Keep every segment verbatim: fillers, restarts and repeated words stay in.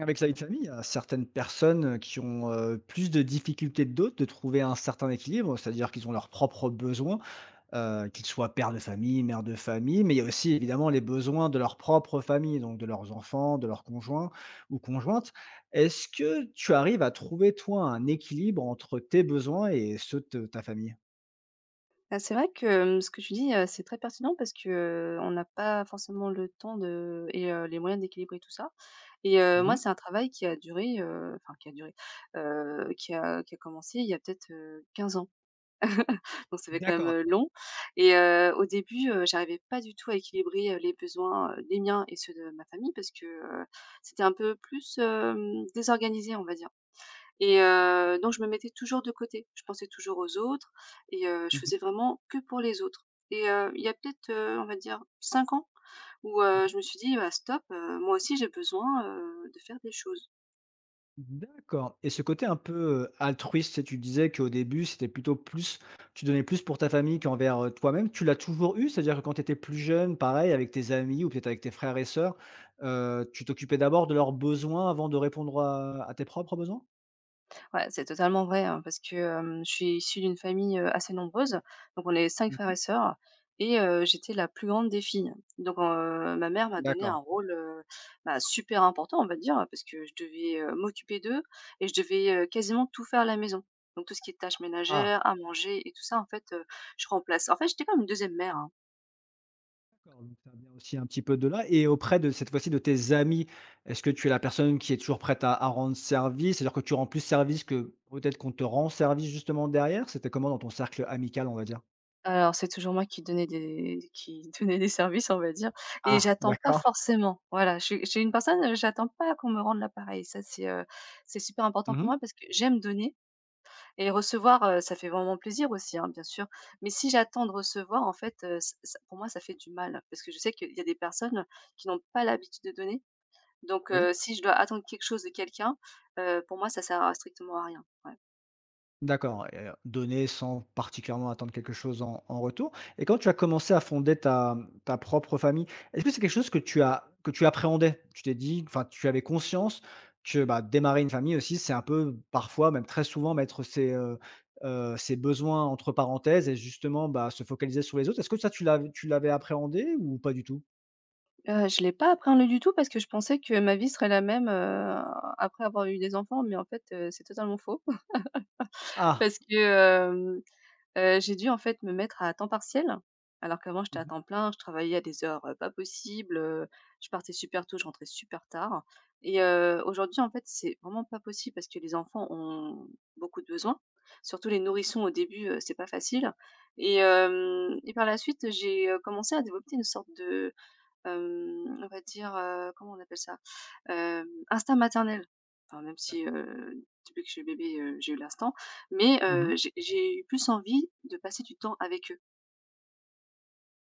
Avec sa vie de famille, il y a certaines personnes euh, qui ont euh, plus de difficultés que d'autres de trouver un certain équilibre, c'est-à-dire qu'ils ont leurs propres besoins, euh, qu'ils soient père de famille, mère de famille, mais il y a aussi évidemment les besoins de leur propre famille, donc de leurs enfants, de leurs conjoints ou conjointes. Est-ce que tu arrives à trouver, toi, un équilibre entre tes besoins et ceux de ta famille? Bah, c'est vrai que, mmh, ce que tu dis, heu, c'est très pertinent parce que, heu, on n'a pas forcément le temps de et heu, les moyens d'équilibrer tout ça et heu, moi, Mhm. c'est un travail qui a duré, heu, enfin qui a duré, heu, qui a qui a commencé il y a peut-être, heu, quinze ans. Donc ça fait quand même, D'accord. heu, long et heu, au début, heu, j'arrivais pas du tout à équilibrer, heu, les besoins, heu, les miens et ceux de ma famille parce que, heu, c'était un peu plus, hem, désorganisé, on va dire. Et heu, donc je me mettais toujours de côté. Je pensais toujours aux autres et heu, je Mhm. faisais vraiment que pour les autres. Et heu, il y a peut-être, heu, on va dire cinq ans où, heu, je me suis dit: «Bah stop, heu, moi aussi j'ai besoin, heu, de faire des choses». D'accord, et ce côté un peu, heu, altruiste, tu sais, tu disais qu'au début, c'était plutôt plus tu donnais plus pour ta famille qu'envers, heu, toi-même. Tu l'as toujours eu? C'est-à-dire que quand tu étais plus jeune, pareil avec tes amis ou peut-être avec tes frères et sœurs, heu, tu t'occupais d'abord de leurs besoins avant de répondre à à tes propres besoins? Ouais, c'est totalement vrai, hein, parce que, hem, je suis issue d'une famille, heu, assez nombreuse. Donc on est cinq Mmh. frères et sœurs et heu, j'étais la plus grande des filles. Donc heu, ma mère m'a donné un D'accord. rôle, heu, bah, super important, on va dire, parce que je devais, heu, m'occuper d'eux et je devais, heu, quasiment tout faire à la maison. Donc tout ce qui est tâches Ah, ménagères, à manger et tout ça, en fait, heu, je remplace en fait, j'étais comme une deuxième mère, hein. d'accord, donc ça vient aussi un petit peu de là, et auprès de cette fois-ci de tes amis, est-ce que tu es la personne qui est toujours prête à à rendre service? C'est-à-dire que tu rends plus service que peut-être qu'on te rend service justement derrière? C'était comment dans ton cercle amical, on va dire? Alors, c'est toujours moi qui donnais des qui donnais des services, on va dire et Ah, j'attends pas d'accord. forcément. Voilà, je suis je suis une personne, heu, j'attends pas qu'on me rende l'appareil. Ça, c'est, heu, c'est super important pour Mmh. moi parce que j'aime donner et recevoir, heu, ça fait vraiment plaisir aussi, hein, bien sûr. Mais si j'attends de recevoir, en fait, heu, ç ça pour moi, ça fait du mal parce que je sais qu'il y a des personnes qui n'ont pas l'habitude de donner. Donc, Oui, heu, si je dois attendre quelque chose de quelqu'un, heu, pour moi, ça sert à strictement à rien. Ouais. d'accord, et heu, donner sans particulièrement attendre quelque chose en en retour, et quand tu as commencé à fonder ta, mmh, ta propre famille, est-ce que c'est quelque chose que tu as que tu appréhendais? Tu t'es dit, enfin, tu avais conscience que, bah, démarrer une famille aussi, c'est un peu parfois, même très souvent, mettre ses, heu heu, ses besoins entre parenthèses et justement, bah, se focaliser sur les autres. Est-ce que ça, tu l'avais tu l'avais appréhendé ou pas du tout? Heu, je l'ai pas appréhendé du tout parce que je pensais que ma vie serait la même, heu, après avoir eu des enfants, mais en fait, heu, c'est totalement faux. Ah! Parce que, hem, heu, j'ai dû en fait me mettre à temps partiel, alors qu'avant j'étais à Mmh. temps plein, je travaillais à des heures, heu, pas possibles, heu, je partais super tôt, je rentrais super tard et heu, aujourd'hui en fait, c'est vraiment pas possible parce que les enfants ont beaucoup de besoins, surtout les nourrissons au début, heu, c'est pas facile et hem et par la suite, j'ai, heu, commencé à développer une sorte de Hem, on va dire, heu, comment on appelle ça? Hem, instinct maternel. Enfin, même si, D'accord. heu, depuis que je suis bébé, heu, j'ai eu l'instinct, mais Mmh. heu, j'ai j'ai eu plus envie de passer du temps avec eux.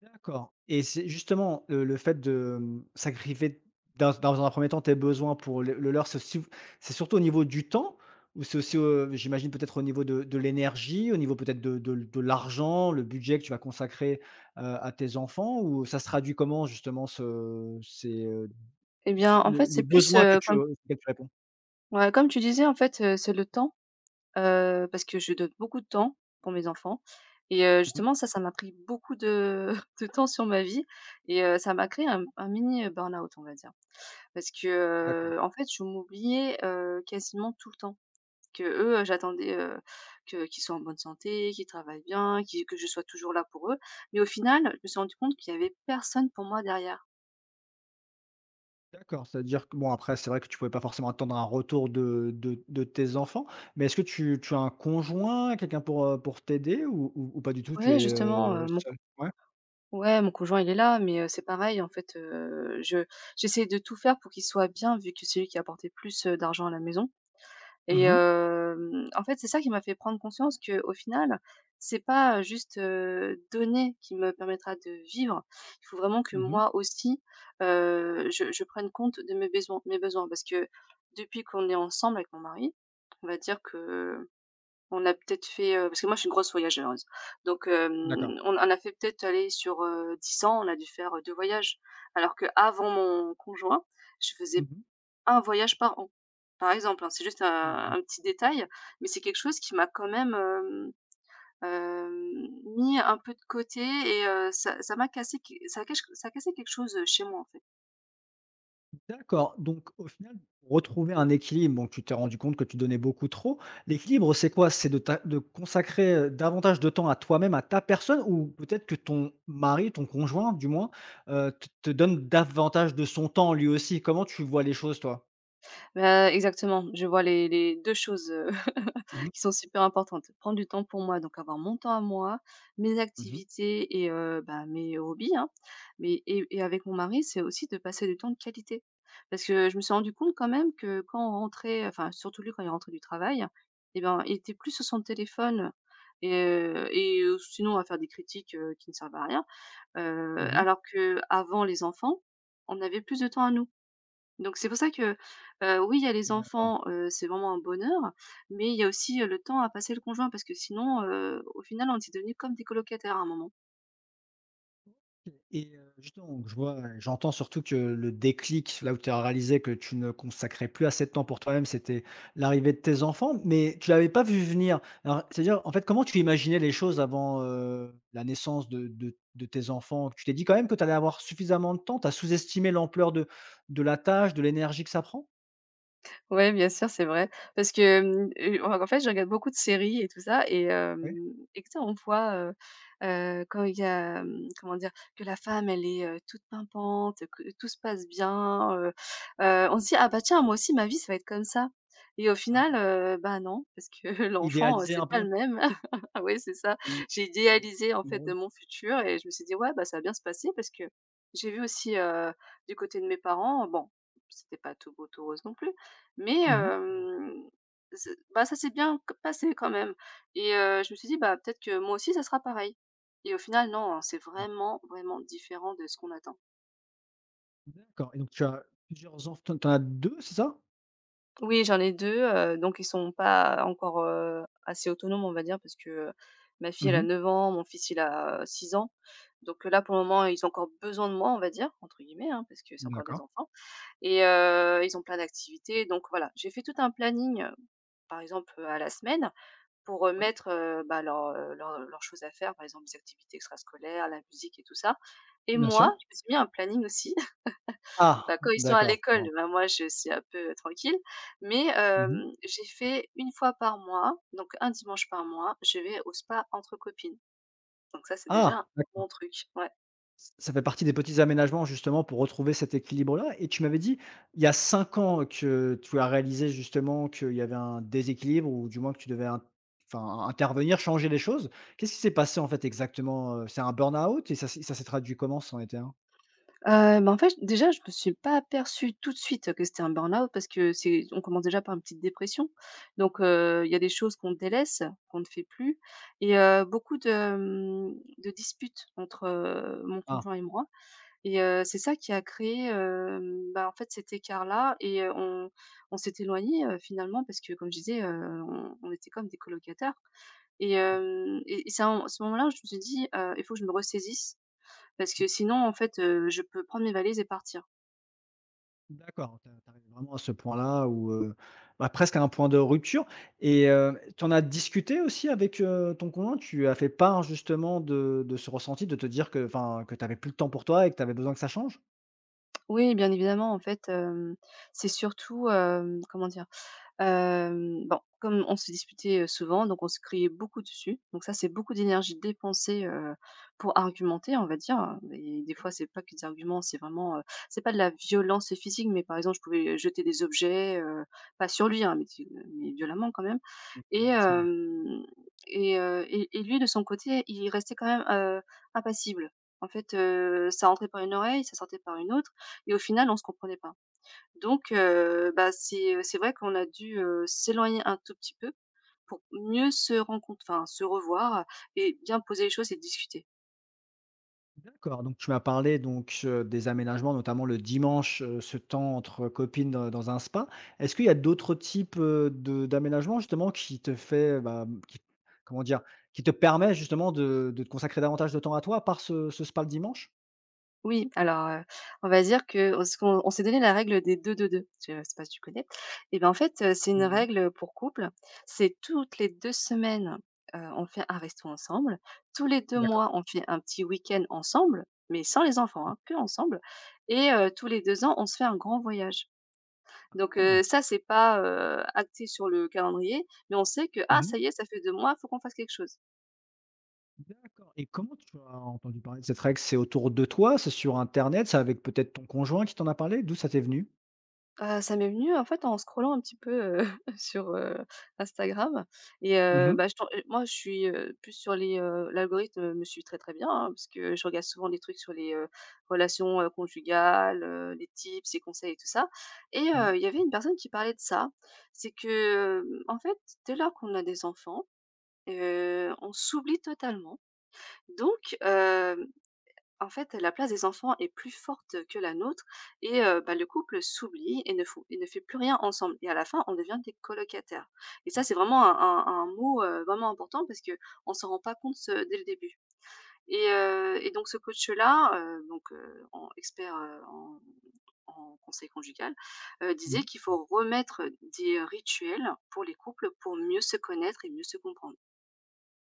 D'accord, et c'est justement, heu, le fait de, mmh, sacrifier dans dans un premier temps tes besoins pour le le leur, c'est aussi, c'est surtout au niveau du temps? Ou c'est aussi, heu, j'imagine peut-être au niveau de de l'énergie, au niveau peut-être de de de l'argent, le budget que tu vas consacrer, heu, à tes enfants? Ou ça se traduit comment justement ce ces, heu, Eh ce bien, en le fait, les c'est plus, besoins que heu, tu, heu, comme auxquels tu réponds? ouais, comme tu disais, en fait, heu, c'est le temps, heu, parce que je donne beaucoup de temps pour mes enfants et heu, Mmh. justement ça, ça m'a pris beaucoup de de temps sur ma vie et heu, ça m'a créé un un mini, heu, burn-out, on va dire. Parce que, D'accord. heu, en fait, je m'oubliais, heu, quasiment tout le temps. Qu'eux, heu, j'attendais, heu, que qu'ils soient en bonne santé, qu'ils travaillent bien, qui que je sois toujours là pour eux. Mais au final, je me suis rendu compte qu'il y avait personne pour moi derrière. D'accord, c'est-à-dire que bon, après c'est vrai que tu pouvais pas forcément attendre un retour de de de tes enfants, mais est-ce que tu tu as un conjoint, quelqu'un pour, heu, pour t'aider ou ou ou pas du tout? Tu Ouais, es, justement, heu, heu, mon seule? co Ouais. ouais, mon conjoint, il est là, mais heu, c'est pareil en fait, heu, je j'essaie de tout faire pour qu'il soit bien vu que c'est lui qui apportait plus, heu, d'argent à la maison. Et Mmh mh. Hem, en fait, c'est ça qui m'a fait prendre conscience que, au final, c'est pas, juste, heu, donner qui me permettra de vivre. Il faut vraiment que Mmh. moi aussi, heu, je je prenne compte de mes besoins mes besoins parce que depuis qu'on est ensemble avec mon mari, on va dire que on a peut-être fait, heu parce que moi je suis une grosse voyageuse, donc hem, D'accord. on on a fait peut-être, aller sur, heu, dix ans, on a dû faire, heu, deux voyages alors que avant mon conjoint, je faisais Mmh. un voyage par an, par exemple, hein. C'est juste Oui, un donc un petit détail, mais c'est quelque chose qui m'a quand même, hem, hem, mis un peu de côté et heu, ça ça m'a cassé que ça a cache ça a cassé quelque chose, chez moi, en fait. d'accord, donc au final, pour retrouver un équilibre, bon, tu t'es rendu compte que tu donnais beaucoup trop. L'équilibre, c'est quoi? C'est de ta, de consacrer, heu, davantage de temps à toi-même, à ta personne, ou peut-être que ton mari, ton conjoint du moins, heu, te te donne davantage de son temps lui aussi? Comment tu vois les choses, toi? Heu, exactement, je vois les les deux choses, heu, Mmh mh. qui sont super importantes. Prendre du temps pour moi, donc avoir mon temps à moi, mes Mmh mh. activités et heu, bah, mes hobbies, hein, mais et et avec mon mari, c'est aussi de passer du temps de qualité. Parce que je me suis rendu compte quand même que quand on rentrait, enfin surtout lui quand il rentrait du travail et ben, il était plus sur son téléphone et heu et heu, sinon à faire des critiques, heu, qui ne servent à rien, heu, Mmh mh. alors que avant les enfants, on avait plus de temps à nous. Donc c'est pour ça que, heu, oui, il y a les D'accord, enfants, heu, c'est vraiment un bonheur, mais il y a aussi, heu, le temps à passer le conjoint parce que sinon, heu, au final, on était devenus comme des colocataires à un moment. et heu, justement, donc je vois, j'entends surtout que le déclic, là où tu as réalisé que tu ne consacrais plus assez de temps pour toi-même, c'était l'arrivée de tes enfants, mais tu l'avais pas vu venir. Alors, c'est-à-dire, en fait, comment tu imaginais les choses avant, heu, la naissance de de de tes enfants? Tu t'es dit quand même que tu allais avoir suffisamment de temps? Tu as sous-estimé l'ampleur de de la tâche, de l'énergie que ça prend? Ouais, bien sûr, c'est vrai. Parce que, hem, heu, en en fait, je regarde beaucoup de séries et tout ça et Ouais. hem et tu sais, on voit, heu heu, quand il y a, hem, comment dire? Que la femme, elle est, heu, toute pimpante, que tout se passe bien, heu heu, on se dit: «Ah bah tiens, moi aussi ma vie, ça va être comme ça» et au final, Ah, heu, bah non, parce que l'enfant, heu, idéalisé un c'est pas peu? le même. Oui, c'est ça. Et J'ai idéalisé, en fait, mon futur et je me suis dit: «Ouais, bah ça va bien se passer» parce que j'ai vu aussi, heu, du côté de mes parents, bon, c'était pas tout beau, tout rose non plus, mais Mmh mh. hem, z bah, ça s'est bien q passé quand même et heu, je me suis dit: «Bah, peut-être que moi aussi ça sera pareil» et au final non, hein, c'est vraiment, vraiment différent de ce qu'on attend. D'accord, et donc tu as plusieurs enf tu en tu en as deux, c'est ça? Oui, j'en ai deux heu, donc ils sont pas encore, heu, assez autonomes, on va dire, parce que, heu, ma fille, Mmh elle a mh. neuf ans, mon fils, il a euh, six ans. Donc euh, là, pour le moment, ils ont encore «besoin de moi», on va dire, entre guillemets, hein, parce que c'est encore des D'accord. enfants et heu, ils ont plein d'activités. Donc voilà, j'ai fait tout un planning, euh, par exemple, à la semaine pour, Oui, remettre mettre, bah, leurs, heu, leurs choses à faire, par exemple les activités extrascolaires, la musique et tout ça et bien moi, sûr. je me suis mis un planning aussi. Ah! Bah, quand ils sont à D'accord, je l'école, comprends. bah, moi je suis un peu tranquille mais Mmh mh. hem, j'ai fait une fois par mois, donc un dimanche par mois, je vais au spa entre copines. Donc ça, c'est déjà Ah! un D'acc, bon truc. Ouais. ç ça fait partie des petits aménagements justement pour retrouver cet équilibre-là, et tu m'avais dit, il y a cinq ans, que tu as réalisé justement qu'il y avait un déséquilibre ou du moins que tu devais int enfin intervenir, changer les choses. Qu'est-ce qui s'est passé en fait exactement, heu? C'est un burn-out, et ça s'est ça s'est traduit comment ça en était un? Heu, bah, en fait, déjà, je me suis pas aperçue tout de suite que c'était un burn-out parce que c'est on commence déjà par une petite dépression donc heu, il y a des choses qu'on délaisse, qu'on ne fait plus et heu, beaucoup de, hem, de disputes entre, heu, mon Ah! conjoint et moi et heu, c'est ça qui a créé, hem, bah, en fait, cet écart-là et heu, on on s'est éloigné heu, finalement parce que comme je disais, heu, on on était comme des colocataires et hem et et c'est à un à ce moment-là où je me suis dit: «Heu, il faut que je me ressaisisse parce que sinon, en fait, heu, je peux prendre mes valises et partir. D'accord, tu arrives vraiment à ce point-là où, heu, bah, presque à un point de rupture, et tu en as discuté aussi avec, heu, ton conjoint? Tu as fait part justement de de ce ressenti, de te dire que, enfin, que tu avais plus le temps pour toi et que tu avais besoin que ça change? Oui, bien évidemment, en fait, hem, c'est surtout, hem, comment dire? Hem, bon, comme on se disputait, heu, souvent, donc on se criait beaucoup dessus, donc ça, c'est beaucoup d'énergie dépensée, heu, pour argumenter, on va dire, hein, mais des fois, c'est pas que des arguments, c'est vraiment, heu, c'est pas de la violence physique, mais par exemple, je pouvais jeter des objets, heu, pas sur lui, hein, mais mais violemment quand même Oui, et l'agacement. hem et heu et et lui, de son côté, il restait quand même, heu, impassible. En fait, heu, ça rentrait par une oreille, ça sortait par une autre et au final, on se comprenait pas. Donc heu, bah, c'est, c'est vrai qu'on a dû, heu, s'éloigner un tout petit peu pour mieux se rencont enfin, se revoir et bien poser les choses et discuter. D'accord, donc tu m'as parlé donc, heu, des aménagements, notamment le dimanche, heu, ce temps entre copines dans dans un spa. Est-ce qu'il y a d'autres types, heu, de d'aménagements justement qui te fait, bah, qui, comment dire? Qui te permet justement de de te consacrer davantage de temps à toi par ce ce spa le dimanche? Oui, alors, heu, on va dire qu'on s qu'on on s'est donné la règle des deux deux deux. Je ne sais pas si tu connais? Et ben, en fait, heu, c'est une Non, règle, pour couple, c'est toutes les deux semaines, heu, on fait un resto ensemble, tous les deux d'accord. mois, on fait un petit week-end ensemble, mais sans les enfants, hein, que ensemble et heu, tous les deux ans, on se fait un grand voyage. Donc Ah! heu, ça, c'est pas, heu, acté sur le calendrier, mais on sait que: «Ah Mmh. ça y est, ça fait deux mois, faut qu'on fasse quelque chose». D'accord, et comment tu as entendu parler de cette règle? C'est autour de toi? C'est sur internet? C'est avec peut-être ton conjoint qui t'en a parlé? D'où ça t'est venu? Heu, ça m'est venu en fait en scrollant un petit peu, heu, sur, heu, Instagram et heu, Mmh. bah, je tom heu, moi je suis, heu, plus sur les, heu l'algorithme me suit très, très bien, hein, parce que je regarde souvent des trucs sur les, heu, relations, heu, conjugales, heu, les tips, les conseils et tout ça et Ouais. heu, il y avait une personne qui parlait de ça. C'est que, hem, en fait, dès lors qu'on a des enfants, heu, on s'oublie totalement donc en fait, la place des enfants est plus forte que la nôtre et heu, bah, le couple s'oublie et ne font et ne fait plus rien ensemble et à la fin, on devient des colocataires et ça, Ah, c'est vraiment un un un mot, heu, vraiment important parce que on s'en rend pas compte, heu, dès le début et heu et donc ce coach-là, heu, donc heu, en expert, heu, en en conseil conjugal, heu, disait mmh. qu'il faut remettre des rituels pour les couples pour mieux se connaître et mieux se comprendre.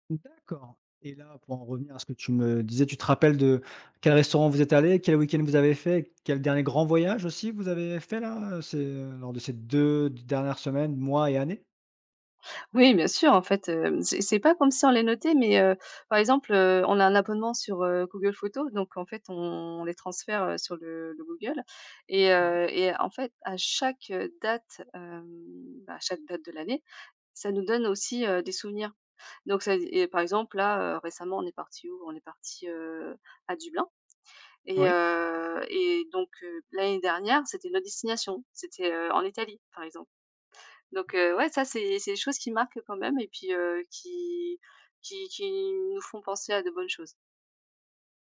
D'accord, et là, pour en revenir à ce que tu me disais, tu te rappelles de quel restaurant vous êtes allés? Quel week-end vous avez fait? Quel dernier grand voyage aussi vous avez fait là, c'est, lors de ces deux dernières semaines, mois et années? Oui, bien sûr, en fait, hem, c'est c'est pas comme si on les notait, mais, heu, par exemple, heu, on a un abonnement sur, heu, Google Photos, donc en fait, on on les transfère, heu, sur le le Google et Ouais. heu et en fait, à chaque, heu, date, hem, bah, à chaque date de l'année, ça nous donne aussi, heu, des souvenirs. Donc ça et par exemple, là, heu, récemment, on est parti où? On est parti heu, à Dublin et Oui. heu et donc heu, l'année dernière, c'était notre destination, c'était, heu, en Italie, par exemple. Donc heu, ouais, ça, c'est c'est des choses qui marquent quand même et puis, heu, qui qui qui nous font penser à de bonnes choses.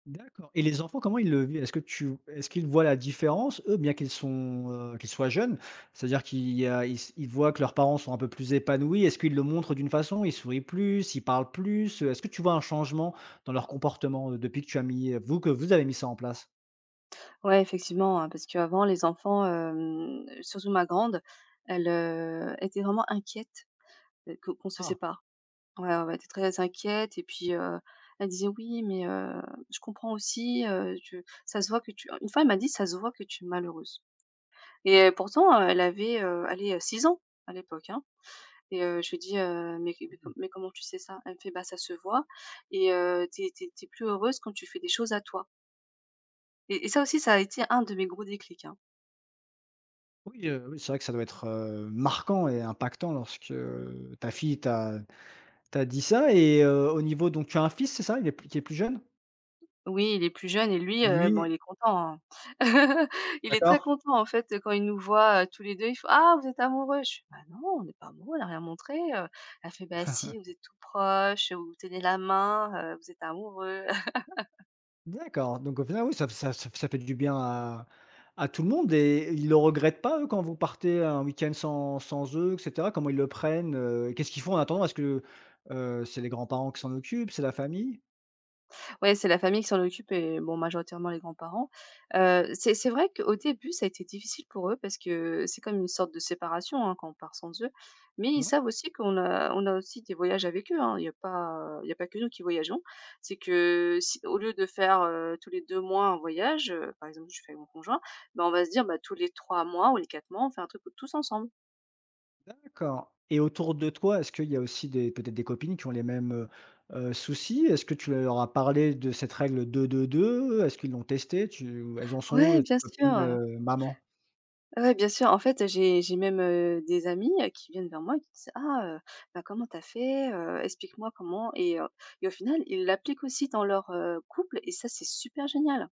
D'accord, et les enfants, comment ils le vivent? Est-ce que tu, est-ce qu'ils voient la différence, eux, bien qu'ils sont, heu, qu'ils soient jeunes? C'est-à-dire qu'ils, y a ils s ils voient que leurs parents sont un peu plus épanouis. Est-ce qu'ils le montrent d'une façon? Ils sourient plus, ils parlent plus. Est-ce que tu vois un changement dans leur comportement, heu, depuis que tu as mis, euh, vous que vous avez mis ça en place? Ouais, effectivement, hein, parce qu'avant les enfants, hem, surtout ma grande, elle, heu, était vraiment inquiète, heu, que qu'on se Ah sépare. Ouais, ouais, ouais, elle était très inquiète et puis, heu, elle disait: «Oui, mais heu, je comprends aussi, heu, tu ça se voit que tu» une fois, elle m'a dit: «Ça se voit que tu es malheureuse» et euh, pourtant, heu, elle avait, heu, allez, heu, six ans à l'époque, hein. Et heu, je lui dis: «Heu, mais mais com mais comment tu sais ça?» Elle me fait: «Bah, ça se voit et heu, t'es es tu plus heureuse quand tu fais des choses à toi» et et ça aussi, ça a été un de mes gros déclics, hein. oui, heu, oui, c'est vrai que ça doit être, heu, marquant et impactant lorsque, heu, ta fille t'a t'a dit ça, et heu, au niveau, donc tu as un fils, c'est ça? Il est plus qui est plus jeune? Oui, il est plus jeune et lui, heu, bon, Lui, il est content, hein. Il est très d'accord. content, en fait, quand il nous voit, heu, tous les deux il fait: «Ah, vous êtes amoureux?» Je fais: «Bah, non, on n'est pas amoureux, on n'a rien montré, heu». Elle fait: «Bah, si, vous êtes tout proche vous vous tenez la main, heu, vous êtes amoureux». D'accord, donc au final, oui, ça ça ça ça fait du bien à à tout le monde, et ils le regrettent pas, eux, quand vous partez un week-end sans sans eux et cetera? Comment ils le prennent, heu? Qu'est-ce qu'ils font en attendant? Est-ce que, heu, c'est les grands-parents qui s'en occupent? C'est la famille? Ouais, c'est la famille qui s'en occupe et bon, majoritairement les grands-parents. Heu, c'est c'est vrai qu'au début, ça a été difficile pour eux parce que c'est comme une sorte de séparation, hein, quand on part sans eux. Mais ils Ouais, savent aussi qu'on a on a aussi des voyages avec eux, hein. Il y a pas il y a pas que nous qui voyageons. C'est que si au lieu de faire, heu, tous les deux mois un voyage, heu, par exemple, je fais avec mon conjoint, ben on va se dire, bah, tous les trois mois ou les quatre mois, on fait un truc tous ensemble. d'accord, et autour de toi, est-ce qu'il y a aussi des, peut-être des copines qui ont les mêmes, heu heu, soucis? Est-ce que tu leur as parlé de cette règle deux-deux-deux? Est-ce qu'ils l'ont testée? Tu, elles en sont Ouais, où, tes bien copines, sûr. heu, mamans? Ouais, bien sûr. En fait, j'ai j'ai même, heu, des amis, heu, qui viennent vers moi et qui disent: «Ah, heu, bah, comment t'as fait? Heu, explique-moi comment» et heu et au final, ils l'appliquent aussi dans leur, heu, couple et ça, c'est super génial.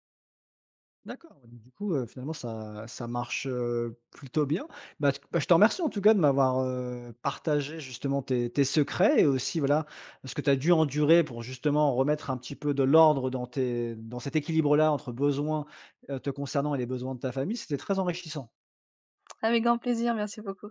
D'accord, ouais, donc du coup, heu, finalement ça ça marche, heu, plutôt bien. Bah, t bah, je te remercie en tout cas de m'avoir, heu, partagé justement tes tes secrets et aussi voilà, ce que tu as dû endurer pour justement remettre un petit peu de l'ordre dans tes dans cet équilibre-là entre besoins, heu, te concernant, et les besoins de ta famille, c'était très enrichissant. Avec grand plaisir, merci beaucoup.